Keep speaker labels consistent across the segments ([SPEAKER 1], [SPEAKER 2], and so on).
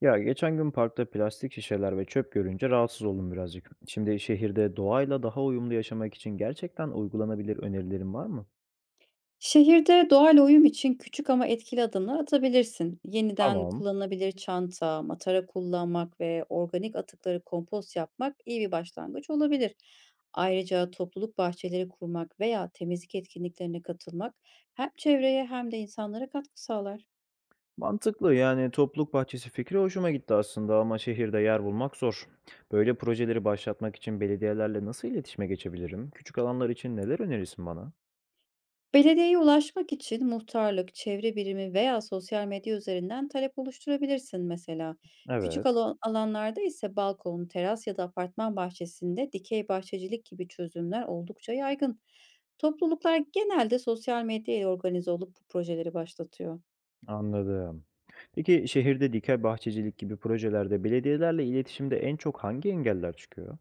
[SPEAKER 1] Ya geçen gün parkta plastik şişeler ve çöp görünce rahatsız oldum birazcık. Şimdi şehirde doğayla daha uyumlu yaşamak için gerçekten uygulanabilir önerilerin var mı?
[SPEAKER 2] Şehirde doğal uyum için küçük ama etkili adımlar atabilirsin. Yeniden
[SPEAKER 1] Tamam.
[SPEAKER 2] kullanılabilir çanta, matara kullanmak ve organik atıkları kompost yapmak iyi bir başlangıç olabilir. Ayrıca topluluk bahçeleri kurmak veya temizlik etkinliklerine katılmak hem çevreye hem de insanlara katkı sağlar.
[SPEAKER 1] Mantıklı, yani topluluk bahçesi fikri hoşuma gitti aslında ama şehirde yer bulmak zor. Böyle projeleri başlatmak için belediyelerle nasıl iletişime geçebilirim? Küçük alanlar için neler önerirsin bana?
[SPEAKER 2] Belediyeye ulaşmak için muhtarlık, çevre birimi veya sosyal medya üzerinden talep oluşturabilirsin mesela.
[SPEAKER 1] Evet,
[SPEAKER 2] Alanlarda ise balkon, teras ya da apartman bahçesinde dikey bahçecilik gibi çözümler oldukça yaygın. Topluluklar genelde sosyal medya ile organize olup bu projeleri başlatıyor.
[SPEAKER 1] anladım. Peki şehirde dikey bahçecilik gibi projelerde belediyelerle iletişimde en çok hangi engeller çıkıyor?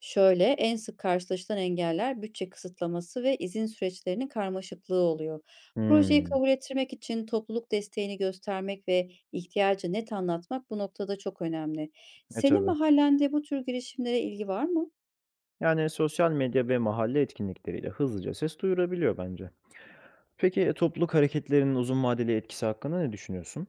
[SPEAKER 2] Şöyle, en sık karşılaşılan engeller bütçe kısıtlaması ve izin süreçlerinin karmaşıklığı oluyor. Projeyi
[SPEAKER 1] Hmm,
[SPEAKER 2] kabul ettirmek için topluluk desteğini göstermek ve ihtiyacı net anlatmak bu noktada çok önemli. Senin
[SPEAKER 1] tabii.
[SPEAKER 2] mahallende bu tür girişimlere ilgi var mı?
[SPEAKER 1] Yani sosyal medya ve mahalle etkinlikleriyle hızlıca ses duyurabiliyor bence. Peki topluluk hareketlerinin uzun vadeli etkisi hakkında ne düşünüyorsun?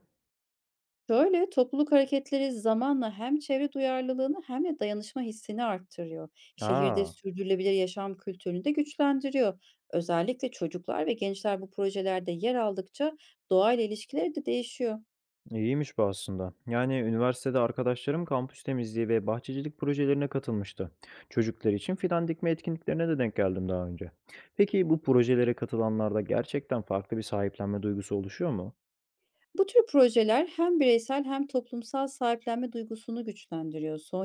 [SPEAKER 2] Şöyle, topluluk hareketleri zamanla hem çevre duyarlılığını hem de dayanışma hissini arttırıyor. Şehirde
[SPEAKER 1] Aa,
[SPEAKER 2] sürdürülebilir yaşam kültürünü de güçlendiriyor. Özellikle çocuklar ve gençler bu projelerde yer aldıkça doğayla ilişkileri de değişiyor.
[SPEAKER 1] iyiymiş bu aslında. Yani üniversitede arkadaşlarım kampüs temizliği ve bahçecilik projelerine katılmıştı. Çocuklar için fidan dikme etkinliklerine de denk geldim daha önce. Peki bu projelere katılanlarda gerçekten farklı bir sahiplenme duygusu oluşuyor mu?
[SPEAKER 2] Bu tür projeler hem bireysel hem toplumsal sahiplenme duygusunu güçlendiriyor. Son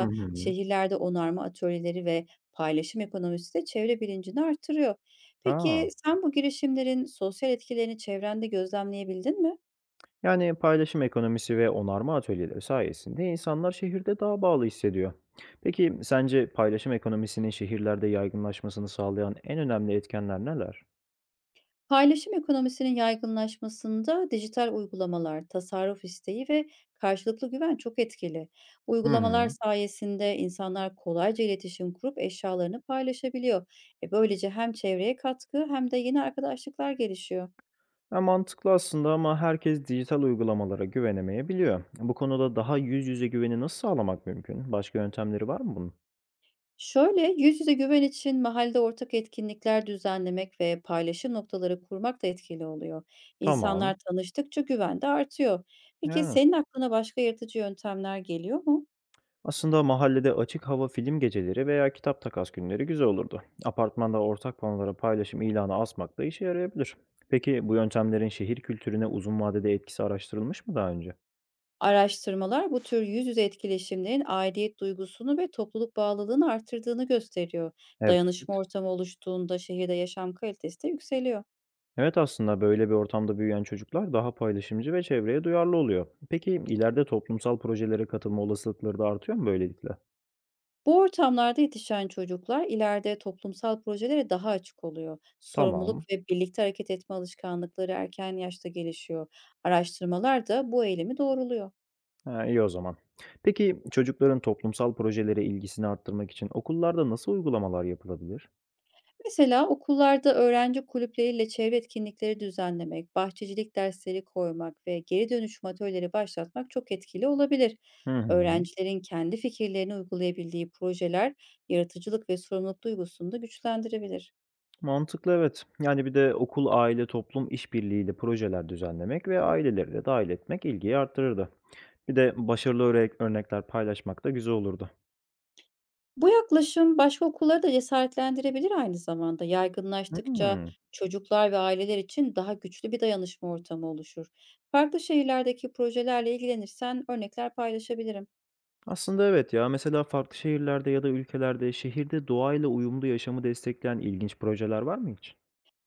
[SPEAKER 1] Hı hı.
[SPEAKER 2] şehirlerde onarma atölyeleri ve paylaşım ekonomisi de çevre bilincini artırıyor. Peki
[SPEAKER 1] Aa.
[SPEAKER 2] sen bu girişimlerin sosyal etkilerini çevrende gözlemleyebildin mi?
[SPEAKER 1] Yani paylaşım ekonomisi ve onarma atölyeleri sayesinde insanlar şehirde daha bağlı hissediyor. Peki sence paylaşım ekonomisinin şehirlerde yaygınlaşmasını sağlayan en önemli etkenler neler?
[SPEAKER 2] Paylaşım ekonomisinin yaygınlaşmasında dijital uygulamalar, tasarruf isteği ve karşılıklı güven çok etkili.
[SPEAKER 1] Hı
[SPEAKER 2] Uygulamalar
[SPEAKER 1] hı.
[SPEAKER 2] sayesinde insanlar kolayca iletişim kurup eşyalarını paylaşabiliyor. Böylece hem çevreye katkı hem de yeni arkadaşlıklar gelişiyor.
[SPEAKER 1] Ya mantıklı aslında ama herkes dijital uygulamalara güvenemeyebiliyor. Bu konuda daha yüz yüze güveni nasıl sağlamak mümkün? Başka yöntemleri var mı bunun?
[SPEAKER 2] Şöyle, yüz yüze güven için mahallede ortak etkinlikler düzenlemek ve paylaşım noktaları kurmak da etkili oluyor. İnsanlar
[SPEAKER 1] Tamam.
[SPEAKER 2] tanıştıkça güven de artıyor. Peki
[SPEAKER 1] Yani.
[SPEAKER 2] senin aklına başka yaratıcı yöntemler geliyor mu?
[SPEAKER 1] Aslında mahallede açık hava film geceleri veya kitap takas günleri güzel olurdu. Apartmanda ortak panolara paylaşım ilanı asmak da işe yarayabilir. Peki bu yöntemlerin şehir kültürüne uzun vadede etkisi araştırılmış mı daha önce?
[SPEAKER 2] Araştırmalar bu tür yüz yüze etkileşimlerin aidiyet duygusunu ve topluluk bağlılığını artırdığını gösteriyor.
[SPEAKER 1] Evet.
[SPEAKER 2] Dayanışma ortamı oluştuğunda şehirde yaşam kalitesi de yükseliyor.
[SPEAKER 1] Evet, aslında böyle bir ortamda büyüyen çocuklar daha paylaşımcı ve çevreye duyarlı oluyor. Peki ileride toplumsal projelere katılma olasılıkları da artıyor mu böylelikle?
[SPEAKER 2] Bu ortamlarda yetişen çocuklar ileride toplumsal projelere daha açık oluyor. Sorumluluk
[SPEAKER 1] Tamam.
[SPEAKER 2] ve birlikte hareket etme alışkanlıkları erken yaşta gelişiyor. Araştırmalar da bu eğilimi doğruluyor.
[SPEAKER 1] Ha, iyi o zaman. Peki çocukların toplumsal projelere ilgisini arttırmak için okullarda nasıl uygulamalar yapılabilir?
[SPEAKER 2] Mesela okullarda öğrenci kulüpleriyle çevre etkinlikleri düzenlemek, bahçecilik dersleri koymak ve geri dönüşüm atölyeleri başlatmak çok etkili olabilir.
[SPEAKER 1] Hı hı.
[SPEAKER 2] Öğrencilerin kendi fikirlerini uygulayabildiği projeler yaratıcılık ve sorumluluk duygusunu da güçlendirebilir.
[SPEAKER 1] Mantıklı, evet. Yani bir de okul, aile, toplum işbirliğiyle projeler düzenlemek ve aileleri de dâhil etmek ilgiyi arttırırdı. Bir de başarılı örnekler paylaşmak da güzel olurdu.
[SPEAKER 2] Bu yaklaşım başka okulları da cesaretlendirebilir aynı zamanda. Yaygınlaştıkça
[SPEAKER 1] Hımm.
[SPEAKER 2] çocuklar ve aileler için daha güçlü bir dayanışma ortamı oluşur. Farklı şehirlerdeki projelerle ilgilenirsen örnekler paylaşabilirim.
[SPEAKER 1] Aslında evet ya. Mesela farklı şehirlerde ya da ülkelerde şehirde doğayla uyumlu yaşamı destekleyen ilginç projeler var mı hiç?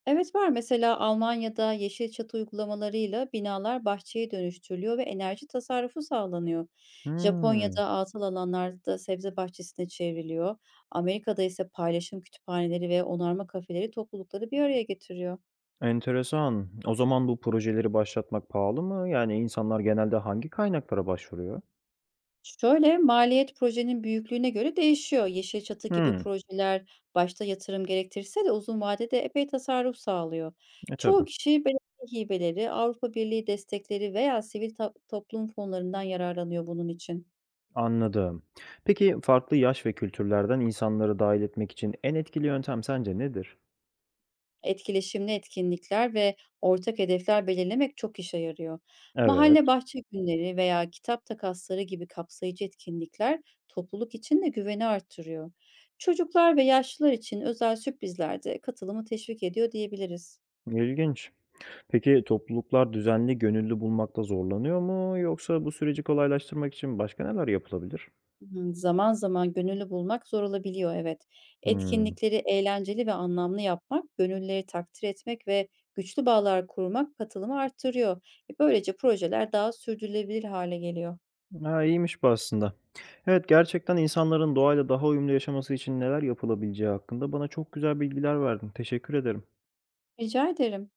[SPEAKER 2] Evet var. Mesela Almanya'da yeşil çatı uygulamalarıyla binalar bahçeye dönüştürülüyor ve enerji tasarrufu sağlanıyor.
[SPEAKER 1] Hımm.
[SPEAKER 2] Japonya'da atıl alanlarda sebze bahçesine çevriliyor. Amerika'da ise paylaşım kütüphaneleri ve onarma kafeleri toplulukları bir araya getiriyor.
[SPEAKER 1] Enteresan. O zaman bu projeleri başlatmak pahalı mı? Yani insanlar genelde hangi kaynaklara başvuruyor?
[SPEAKER 2] Şöyle, maliyet projenin büyüklüğüne göre değişiyor. Yeşil çatı gibi
[SPEAKER 1] Hımm.
[SPEAKER 2] projeler başta yatırım gerektirse de uzun vadede epey tasarruf sağlıyor. Çoğu
[SPEAKER 1] Tabii.
[SPEAKER 2] kişi belediye hibeleri, Avrupa Birliği destekleri veya toplum fonlarından yararlanıyor bunun için.
[SPEAKER 1] Anladım. Peki farklı yaş ve kültürlerden insanları dahil etmek için en etkili yöntem sence nedir?
[SPEAKER 2] Etkileşimli etkinlikler ve ortak hedefler belirlemek çok işe yarıyor.
[SPEAKER 1] Evet,
[SPEAKER 2] Mahalle bahçe günleri veya kitap takasları gibi kapsayıcı etkinlikler topluluk için de güveni artırıyor. Çocuklar ve yaşlılar için özel sürprizler de katılımı teşvik ediyor diyebiliriz.
[SPEAKER 1] ilginç. Peki topluluklar düzenli gönüllü bulmakta zorlanıyor mu yoksa bu süreci kolaylaştırmak için başka neler yapılabilir?
[SPEAKER 2] Hı, Zaman zaman gönüllü bulmak zor olabiliyor, evet.
[SPEAKER 1] Hımm.
[SPEAKER 2] Etkinlikleri eğlenceli ve anlamlı yapmak, gönüllüleri takdir etmek ve güçlü bağlar kurmak katılımı arttırıyor. Böylece projeler daha sürdürülebilir hale geliyor.
[SPEAKER 1] Ha, iyiymiş bu aslında. Evet, gerçekten insanların doğayla daha uyumlu yaşaması için neler yapılabileceği hakkında bana çok güzel bilgiler verdin. Teşekkür ederim.
[SPEAKER 2] Rica ederim.